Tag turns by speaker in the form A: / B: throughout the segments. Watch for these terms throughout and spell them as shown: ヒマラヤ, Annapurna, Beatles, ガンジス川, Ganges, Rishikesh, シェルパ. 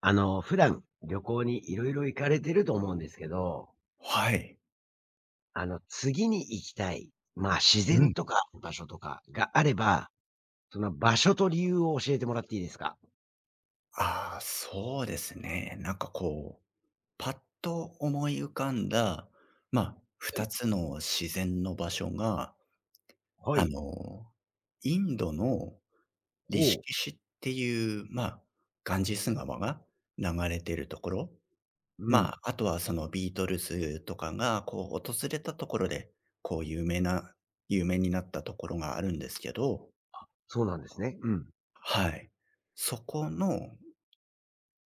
A: 普段旅行にいろいろ行かれてると思うんですけど、
B: はい。
A: 次に行きたい、まあ、自
B: う
A: 然
B: ん。
A: とか場所とかがあれば、その場所と理由を教えてもらっていいですか？
B: ああ、そうですね。なんかこう、パッと思い浮かんだ、まあ、
A: は
B: 2
A: い。
B: つの自然の場所が、
A: は
B: あ
A: い。
B: の、インドのリシ
A: ほう。
B: キシっていう、まあ、ガンジス川が流れてるところ。
A: う
B: ま
A: ん。
B: あ、あとはそのビートルズとかが、こう、訪れたところで、こう、有名になったところがあるんですけど、
A: そうなんですね。うん。
B: はい。そこの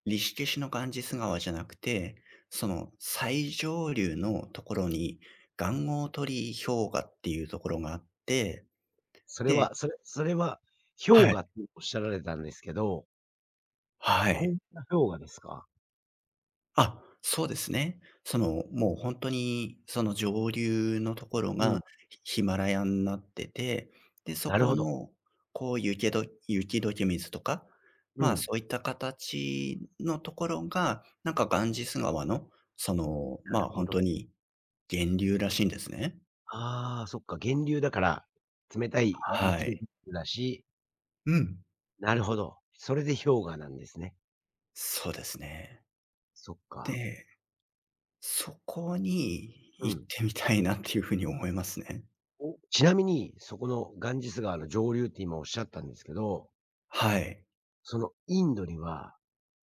B: リシケシュのガンジス川じゃなくて、その最上流のところに、元号鳥氷河っていうところがあって、
A: それ
B: で
A: は、それそれは氷
B: はい、
A: 河っておっしゃられたんですけど、
B: は
A: 高っ
B: い。
A: な氷河ですか？
B: あ、そうですね。その、もうほんとにその上流のところ
A: うん。
B: がヒマラヤんなってて、で、そ
A: なる
B: こ
A: ほど。
B: のこうゆけど雪解け水とか、
A: う
B: ま
A: ん。
B: あ、
A: な
B: そういった形のところが、なんかガンジス川の、その、ま
A: る
B: あ、
A: ほ
B: ほん
A: ど。
B: とに源流らしいんですね。
A: ああ、そっか、源流だから、冷たい
B: は
A: 雪ど
B: い。
A: だし、
B: うん。
A: なるほど。それで氷河なんですね。
B: そうですね。
A: そっか。
B: で、そこに
A: う
B: 行っ
A: ん。
B: てみたいなっていうふうに思いますね。
A: おちなみに、そこのガンジス川の上流って今おっしゃったんですけど、
B: はい。
A: そのインドには、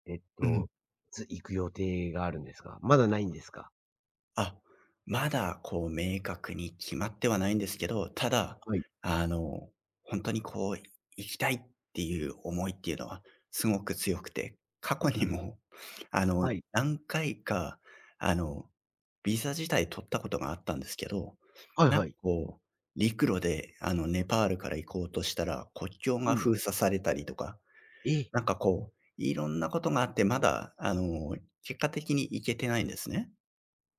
A: えっ
B: うん。
A: と、いつ行く予定があるんですか？まだないんですか？
B: あ、まだこう明確に決まってはないんですけど、ただ、
A: はい。
B: あの、本当にこう行きたいっていう思いっていうのはすごく強くて、過去にも、
A: はい。
B: 何回か、あの、ビザ自体取ったことがあったんですけど、
A: はい
B: なん
A: は
B: か
A: い。
B: こう、陸路でネパールから行こうとしたら、国境
A: う
B: が
A: ん。
B: 封鎖されたりとか、
A: え、
B: なんかこう、いろんなことがあって、まだ結果的に行けてないんですね。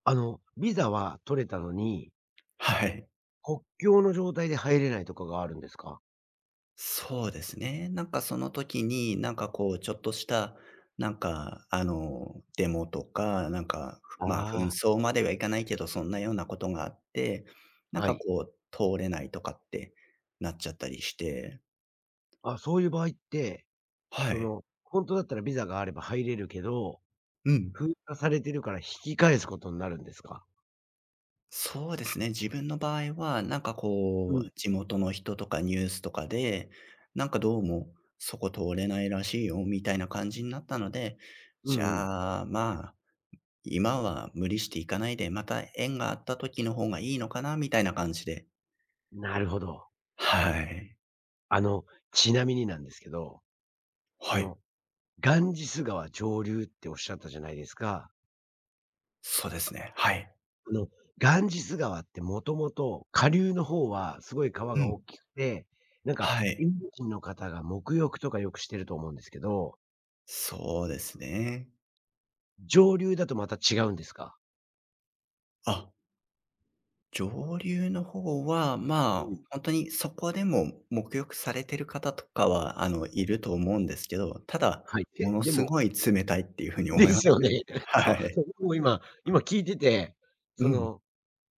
A: ビザは取れたのに、
B: はい。
A: 国境の状態で入れないとかがあるんですか？
B: そうですね。なんかその時に、なんかこう、ちょっとした、なんか、デモとか、なんか、ふ
A: あ
B: まあ、紛
A: あ。
B: 争まではいかないけど、そんなようなことがあって、なん
A: は
B: か
A: い。
B: こう、通れないとかってなっちゃったりして、
A: あ、そういう場合って、
B: はい。
A: 本当だったらビザがあれば入れるけど、
B: うん。
A: 封鎖されてるから引き返すことになるんですか？
B: そうですね。自分の場合は、なんか
A: う
B: こ
A: ん。
B: う、地元の人とかニュースとかで、なんかどうも、そこ通れないらしいよ、みたいな感じになったので、
A: う
B: じ
A: んうん。
B: ゃあ、まあ、今は無理していかないで、また縁があった時の方がいいのかなみたいな感じで。
A: なるほど。
B: はい。
A: あの、ちなみになんですけど、そ
B: はい。
A: の、ガンジス川上流っておっしゃったじゃないですか。
B: そうですね。はい。
A: あの、ガンジス川ってもともと下流の方はすごい川
B: う
A: が
B: ん。
A: 大きくて、なんか、
B: は
A: イ
B: い。
A: ンド人の方が沐浴とかよくしてると思うんですけど、
B: そうですね。
A: 上流だとまた違うんですか？
B: あ、上流の方は、
A: う
B: まあ、
A: ん。
B: 本当にそこでも沐浴されてる方とかは、いると思うんですけど、ただ、
A: はい。
B: も
A: で
B: の
A: で
B: す
A: も
B: ごい冷たいっていう風に
A: で
B: 思いま
A: す
B: す
A: よ
B: ね。
A: ね。そ
B: は
A: う、
B: い。
A: そう、僕も今聞いてて、
B: う
A: そ
B: ん。
A: の、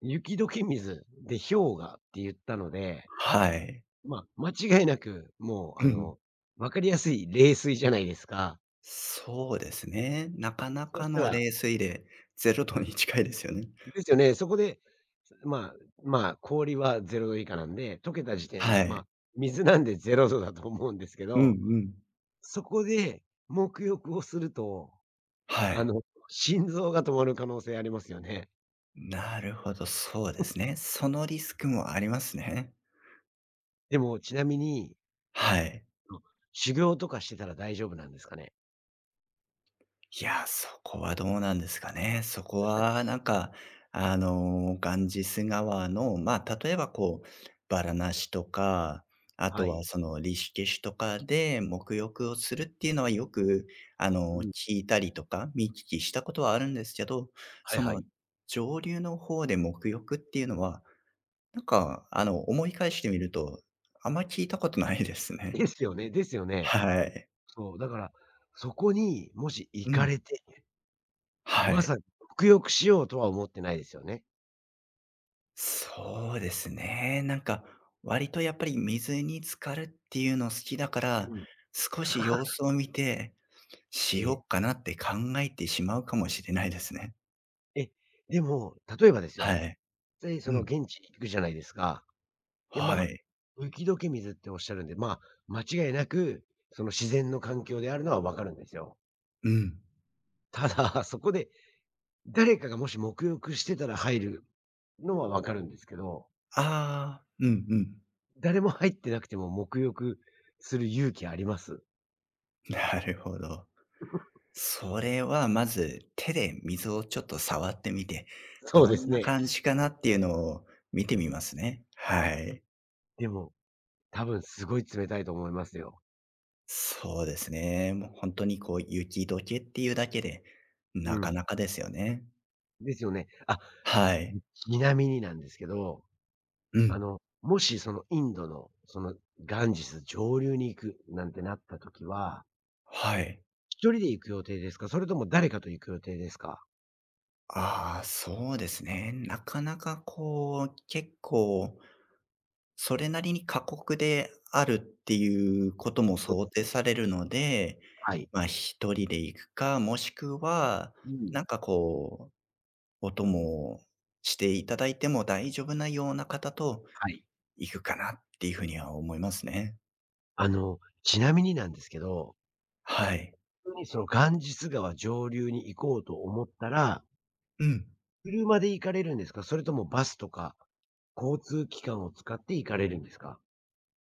A: 雪解け水で氷河って言ったので
B: はい。
A: まあ、間違いなく、もう
B: うん。
A: 分かりやすい冷水じゃないですか。
B: そうですね。なかな
A: そ
B: か
A: した
B: の
A: ら
B: 冷水で0度に近いですよね。
A: ですよね、そこで、まあまあ、氷は0度以下なんで、溶けた時点で、
B: は
A: ま
B: い。
A: あ、水なんで0度だと思うんですけ
B: うん
A: ど、
B: うん。
A: そこで沐浴をすると、
B: は
A: あ
B: い。
A: の、心臓が止まる可能性ありますよね。
B: なるほど、そうですね。そのリスクもありますね。
A: でもちなみに、
B: はい。
A: あの、修行とかしてたら大丈夫なんですかね？
B: いや、そこはどうなんですかね。そこはなんか、ガンジス川の、まあ、例えばこう、バラナシとか、あ
A: は
B: とは
A: い。
B: そのリシュケシュとかで沐浴をするっていうのはよく、
A: うん。
B: 聞いたりとか、見聞きしたことはあるんですけど、
A: はい
B: そ
A: はい。
B: の上流の方で沐浴っていうのは、なんか、思い返してみると、あんま聞いたことないですね。
A: ですよねですよね。
B: はい。
A: そう、だから、そこにもし行
B: う
A: か
B: ん。
A: れて
B: は
A: まさ
B: い。
A: に、服浴しようとは思ってないですよね。
B: そうですね。なんか、割とやっぱり水に浸かるっていうの好きだから、
A: うん。
B: 少し様子 を見て、し
A: ええ、
B: ようかなって考えてしまうかもしれないですね。
A: え、でも、例えばです
B: は
A: よ、
B: い。
A: で、そ
B: う
A: の
B: ん。
A: 現地行くじゃないですか。で、ま
B: は
A: あ、
B: い。
A: 雪解け水っておっしゃるんで、まあ、間違いなく、その自然の環境であるのはわかるんですよ。
B: うん。
A: ただ、そこで誰かがもし沐浴してたら入るのはわかるんですけど、
B: ああ、うんうん。
A: 誰も入ってなくても沐浴する勇気あります。
B: なるほど。それはまず手で水をちょっと触ってみて、
A: そう
B: ど
A: で
B: ん
A: す
B: な
A: ね。
B: 感じかなっていうのを見てみますね。はい。
A: でも、多分すごい冷たいと思いますよ。
B: そうですね。もう本当にこう雪解けっていうだけで、
A: う
B: なか
A: ん。
B: なかですよね。
A: ですよね。あ、
B: はい。
A: でちなみになんですけど、
B: うん。
A: もしそのインドの、そのガンジス上流に行くなんてなった時は、
B: はい。
A: 一人で行く予定ですか？それとも誰かと行く予定ですか？
B: ああ、そうですね。なかなかこう、結構それなりに過酷であるっていうことも
A: そうで
B: 想
A: す
B: 定
A: ね。
B: されるので、
A: はい。
B: まあ、一人で行くか、もしくは、
A: うん。
B: なんかこう、お供をしていただいても大丈夫なような方と
A: はい。
B: 行くかなっていうふうには思いますね。
A: ちなみになんですけど、
B: はい。
A: 本当にそのガンジス川上流に行こうと思ったら、
B: うん。
A: 車で行かれるんですか？それともバスとか、交通機関を使って行かれるんですか？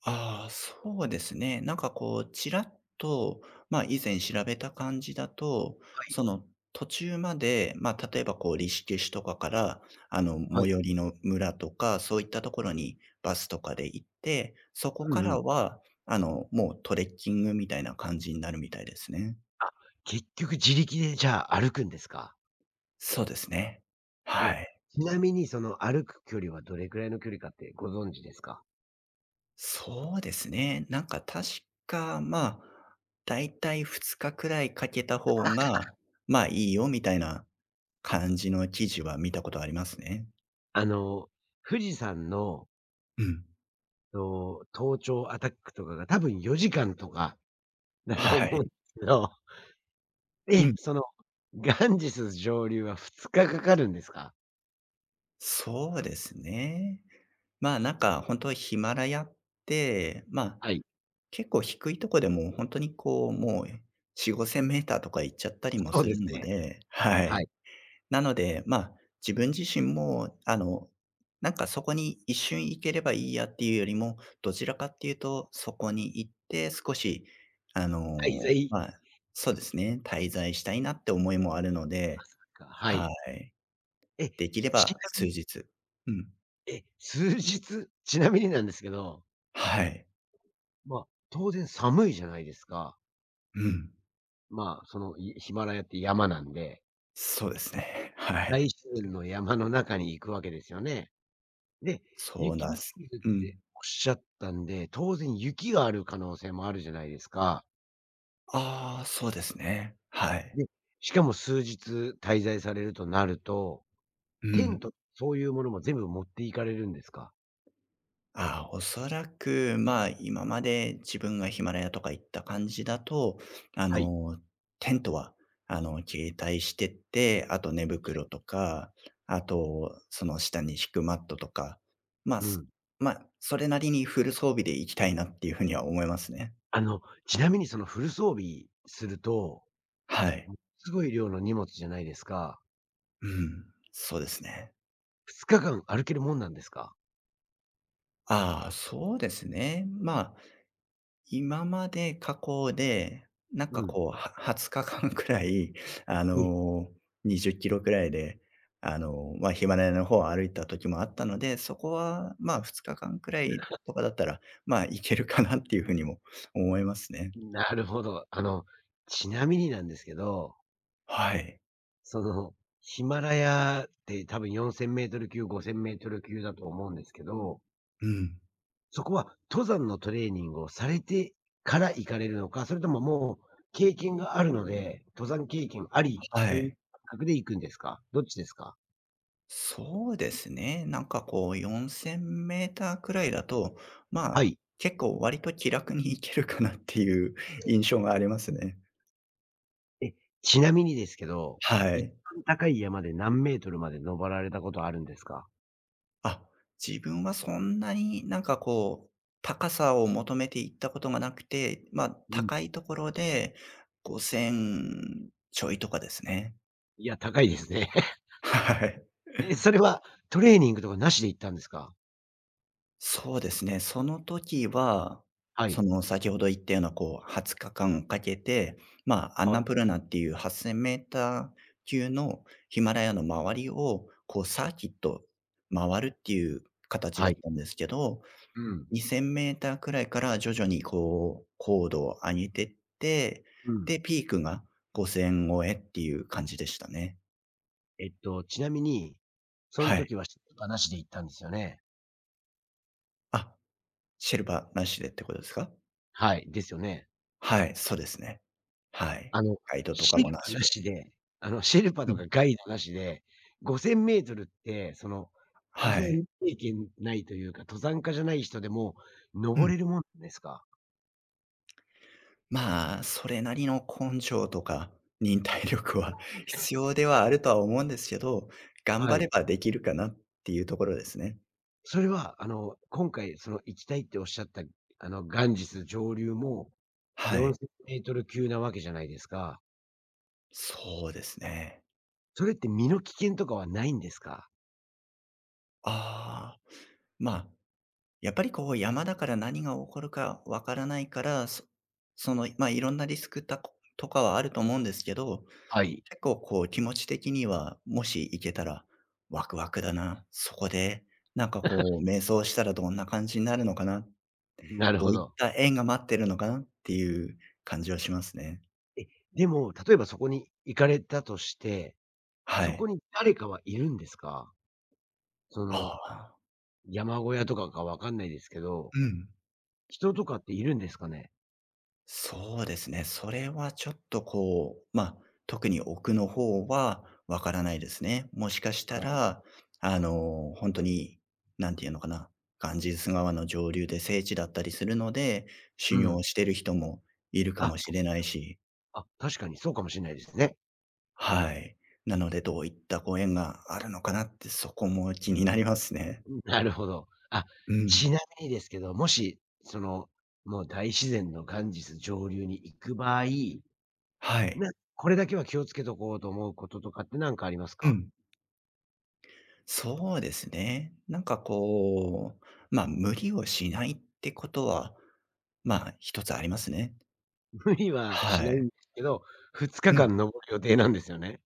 B: ああ、そうですね。なんかこう、ちらっと、まあ以前調べた感じだと、
A: はい。
B: その途中まで、まあ例えばこう、リシケシュとかから、
A: はい。
B: 最寄りの村とか、そういったところにバスとかで行って、そこ
A: う
B: か
A: んう
B: ら
A: ん。
B: は、もうトレッキングみたいな感じになるみたいですね。
A: 結局自力でじゃあ歩くんですか？
B: そうですね。
A: え
B: は
A: え、
B: い。
A: ちなみにその歩く距離はどれくらいの距離かってご存知ですか？
B: そうですね。なんか確か、まあ、だいたい2日くらいかけた方が、まあ、いいよみたいな感じの記事は見たことありますね。
A: あの、富士山の、
B: うん。
A: 登頂アタックとかが多分4時間とかだと
B: は
A: 思う
B: い。
A: んですけど、え
B: う
A: え、
B: ん。
A: ガンジス上流は2日かかかるんですか？
B: そうですね。まあ、なんか本当ヒマラヤって、まあ、
A: はい、
B: 結構低いとこでも本当にこう、もう4、5千メーターとか行っちゃったりも
A: そう
B: す
A: で
B: る
A: す
B: の
A: ね。
B: で、は
A: は
B: い。
A: い。
B: なので、まあ、自分自身も、なんかそこに一瞬行ければいいやっていうよりも、どちらかっていうと、そこに行って少し、
A: 滞在
B: まあ、そうですね、滞在したいなって思いもあるので、
A: か、は
B: は
A: い。
B: い。
A: え、
B: できれ
A: ちな
B: ば数
A: みに、
B: 日。うん。
A: 数日ちなみになんですけど、
B: はい。
A: まあ、当然寒いじゃないですか。
B: うん。
A: まあ、その、ヒマラヤって山なんで。
B: そうですね。は
A: 大
B: い。
A: 自然の山の中に行くわけですよね。で、
B: そう
A: 雪
B: なんで
A: 見
B: す。
A: 水っ
B: うん。
A: ておっしゃったんで、当然雪がある可能性もあるじゃないですか。
B: ああ、そうですね。はい。
A: で、しかも数日滞在されるとなると、
B: う
A: テ
B: ん。
A: ント、そういうものも全部持っていかれるんですか？
B: ああ、おそらく、まあ、今まで自分がヒマラヤとか行った感じだと、あ
A: はい。
B: の、テントは、携帯してって、あと寝袋とか、あと、その下に敷くマットとか、まあ、
A: う
B: す
A: ん。
B: まあ、それなりにフル装備で行きたいなっていうふうには思いますね。
A: あの、ちなみにそのフル装備すると、
B: はい。
A: ものすごい量の荷物じゃないですか。
B: うん、そうですね。
A: 2日間歩けるもんなんですか？
B: ああ、そうですね。まあ今まで過去で、なん
A: う
B: か
A: ん。
B: こう、は20日間くらい、あ
A: え、
B: の、20キロくらいで、まあ、ヒマラヤの方を歩いた時もあったので、そこは、2日間くらいとかだったら、まあ、いけるかなっていうふうにも思いますね。
A: なるほど。ちなみになんですけど
B: はい。
A: その、ヒマラヤって多分4000メートル級、5000メートル級だと思うんですけど、
B: うん。
A: そこは登山のトレーニングをされてから行かれるのか、それとももう経験があるので、登山経験あり
B: は
A: という
B: い。
A: 感覚で行くんですか？どっちですか？
B: そうですね。なんかこう4000メーターくらいだと、ま
A: は
B: あ、
A: い。
B: 結構割と気楽に行けるかなっていう印象がありますね。
A: え、ちなみにですけど、
B: は
A: 一
B: い。
A: 番高い山で何メートルまで登られたことあるんですか？
B: あ、自分はそんなになんかこう、高さを求めていったことがなくて、まあ、
A: うん。
B: 高いところで5000ちょいとかですね。
A: いや、高いですね。
B: はい。
A: それはトレーニングとかなしで行ったんですか？
B: そうですね。その時は、
A: は
B: そ
A: い。
B: の先ほど言ったようなこう20日間かけて、まあ、ア
A: は
B: ンナプ
A: い。
B: ルナっていう8000メーター級のヒマラヤの周りをこうサーキット回るっていう形
A: は
B: だ
A: い。
B: ったんですけど
A: うん。
B: 2000 m くらいから徐々にこう、高度を上げてって、
A: うん。
B: で、ピークが5000超えっていう感じでしたね。
A: ちなみに、その
B: はい。
A: 時はシルバーなしで行ったんですよね？
B: あ、シェルパーなしでってことですか？
A: はい。ですよね。
B: はい、そうですね。はい。
A: あの、
B: ガイドとか
A: シル
B: もな
A: バー
B: し
A: な
B: で。
A: しで、シェルパ
B: う
A: と
B: ん。
A: かガイドなしで、5 0 0 0ルって、登
B: はい。
A: 山経験ないというか、登山家じゃない人でも
B: う
A: 登
B: ん。
A: れるもんですか？
B: まあ、それなりの根性とか忍耐力は 必要ではあるとは思うんですけど、頑
A: は
B: 張れ
A: い。
B: ばできるかなっていうところですね。
A: それは、今回、行きたいっておっしゃった、ガンジス上流も
B: は
A: 4
B: い。
A: 0 0 0ル級なわけじゃないですか。
B: そうですね。
A: それって身の危険とかはないんですか？
B: ああ、まあやっぱりこう山だから何が起こるかわからないから、その、まあ、いろんなリスクたことかはあると思うんですけど、
A: はい。
B: 結構こう気持ち的には、もし行けたらワクワクだな、そこでなんかこう瞑想したらどんな感じになるのかな、
A: なる
B: ど
A: ほ
B: ういっ
A: ど。
B: た縁が待ってるのかなっていう感じはしますね。
A: え、でも、例えばそこに行かれたとして、
B: は
A: そこ
B: い。
A: に誰かはいるんですか？そ
B: あ
A: の、
B: あ、
A: 山小屋とかかわかんないですけど、
B: うん。
A: 人とかっているんですかね？
B: そうですね。それはちょっとこう、まあ、特に奥の方はわからないですね。もしかした
A: はい。
B: ら、本んになんていうのかな、ガンジス川の上流で聖地だったりするので、
A: う
B: 修行
A: ん。
B: をしてる人もいるか
A: あ、
B: もしれないし、
A: あ、確かにそうかもしれないですね。
B: はい。なので、どういったご縁があるのかなって、そこも気になりますね。
A: なるほど。あ、
B: うん。
A: ちなみにですけど、もし、もう大自然のガンジス上流に行く場合、
B: はい。
A: なこれだけは気をつけとこうと思うこととかって何かあります
B: う
A: か？
B: ん。そうですね。なんかこう、まあ、無理をしないってことは、まあ、一つありますね。
A: 無理はし
B: は
A: ない
B: い。
A: んですけど、2
B: う
A: 日
B: ん。
A: 間登る予定なんですよね。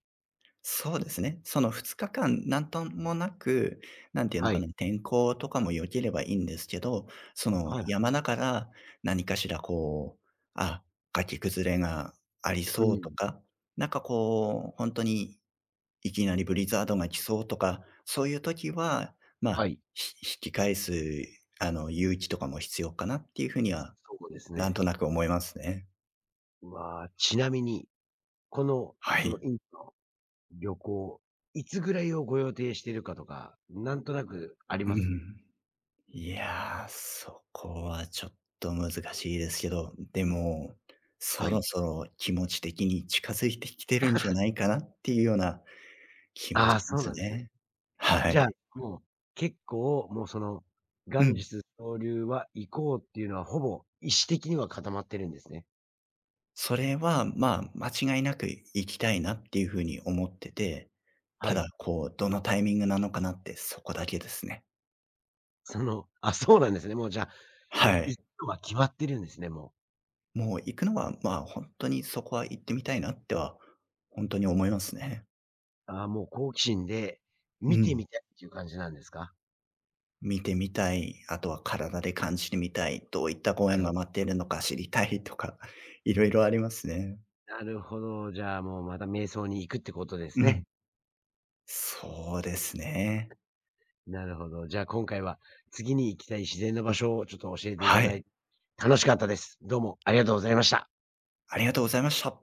B: そうですね。その2日間なんともなく、なんていうの
A: は
B: か
A: い。
B: な、天候とかも良ければいいんですけど、その
A: はい。
B: 山だから何かしらこう、あ、崖崩れがあり
A: う
B: そうと
A: ん。
B: か、なんかこう、本当にいきなりブリザードが来そうとか、そういう時は、ま
A: は
B: あ、
A: い。
B: 引き返す勇気とかも必要かなっていうふうには、
A: そうです
B: なん
A: ね。
B: となく思いますね。
A: まあ、ちなみに、この、
B: は
A: その
B: い。
A: インドの旅行、いつぐらいをご予定しているかとか、なんとなくあり
B: う
A: ます？
B: ん。いやー、そこはちょっと難しいですけど、でも、そ
A: は
B: ろ
A: い。
B: そろ気持ち的に近づいてきてるんじゃないかなっていうような気も
A: ああ、
B: しま
A: そう
B: す
A: なんですね。
B: ね。は
A: じゃあ、
B: い。
A: もう、結構、もうその、
B: う
A: 元日
B: ん。
A: ジ流は行こうっていうのは、ほぼ意思的には固まってるんですね。
B: それは、まあ、間違いなく行きたいなっていうふうに思ってて、
A: は
B: ただ、
A: い。
B: こう、どのタイミングなのかなってそこだけですね。
A: あ、そうなんですね。もうじゃあ、も
B: は
A: う
B: い。
A: 行くのは決まってるんですね、もう。
B: もう行くのは、まあ、本当にそこは行ってみたいなっては、本当に思いますね。
A: ああ、もう好奇心で
B: う
A: 見てみ
B: ん。
A: たいっていう感じなんですか？
B: 見てみたい、あとは体で感じてみたい、どういったご
A: な
B: 縁
A: るほ
B: が待っ
A: ど
B: ているのか知りたいとか、いろいろありますね。
A: なるほど。じゃあ、もうまた瞑想に行くってことです
B: うん。
A: ね。
B: そうですね。
A: なるほど。じゃあ、今回は次に行きたい自然の場所をちょっと教えていた
B: は
A: だい
B: い。
A: て楽しかったです。どうもありがとうございました。
B: ありがとうございました。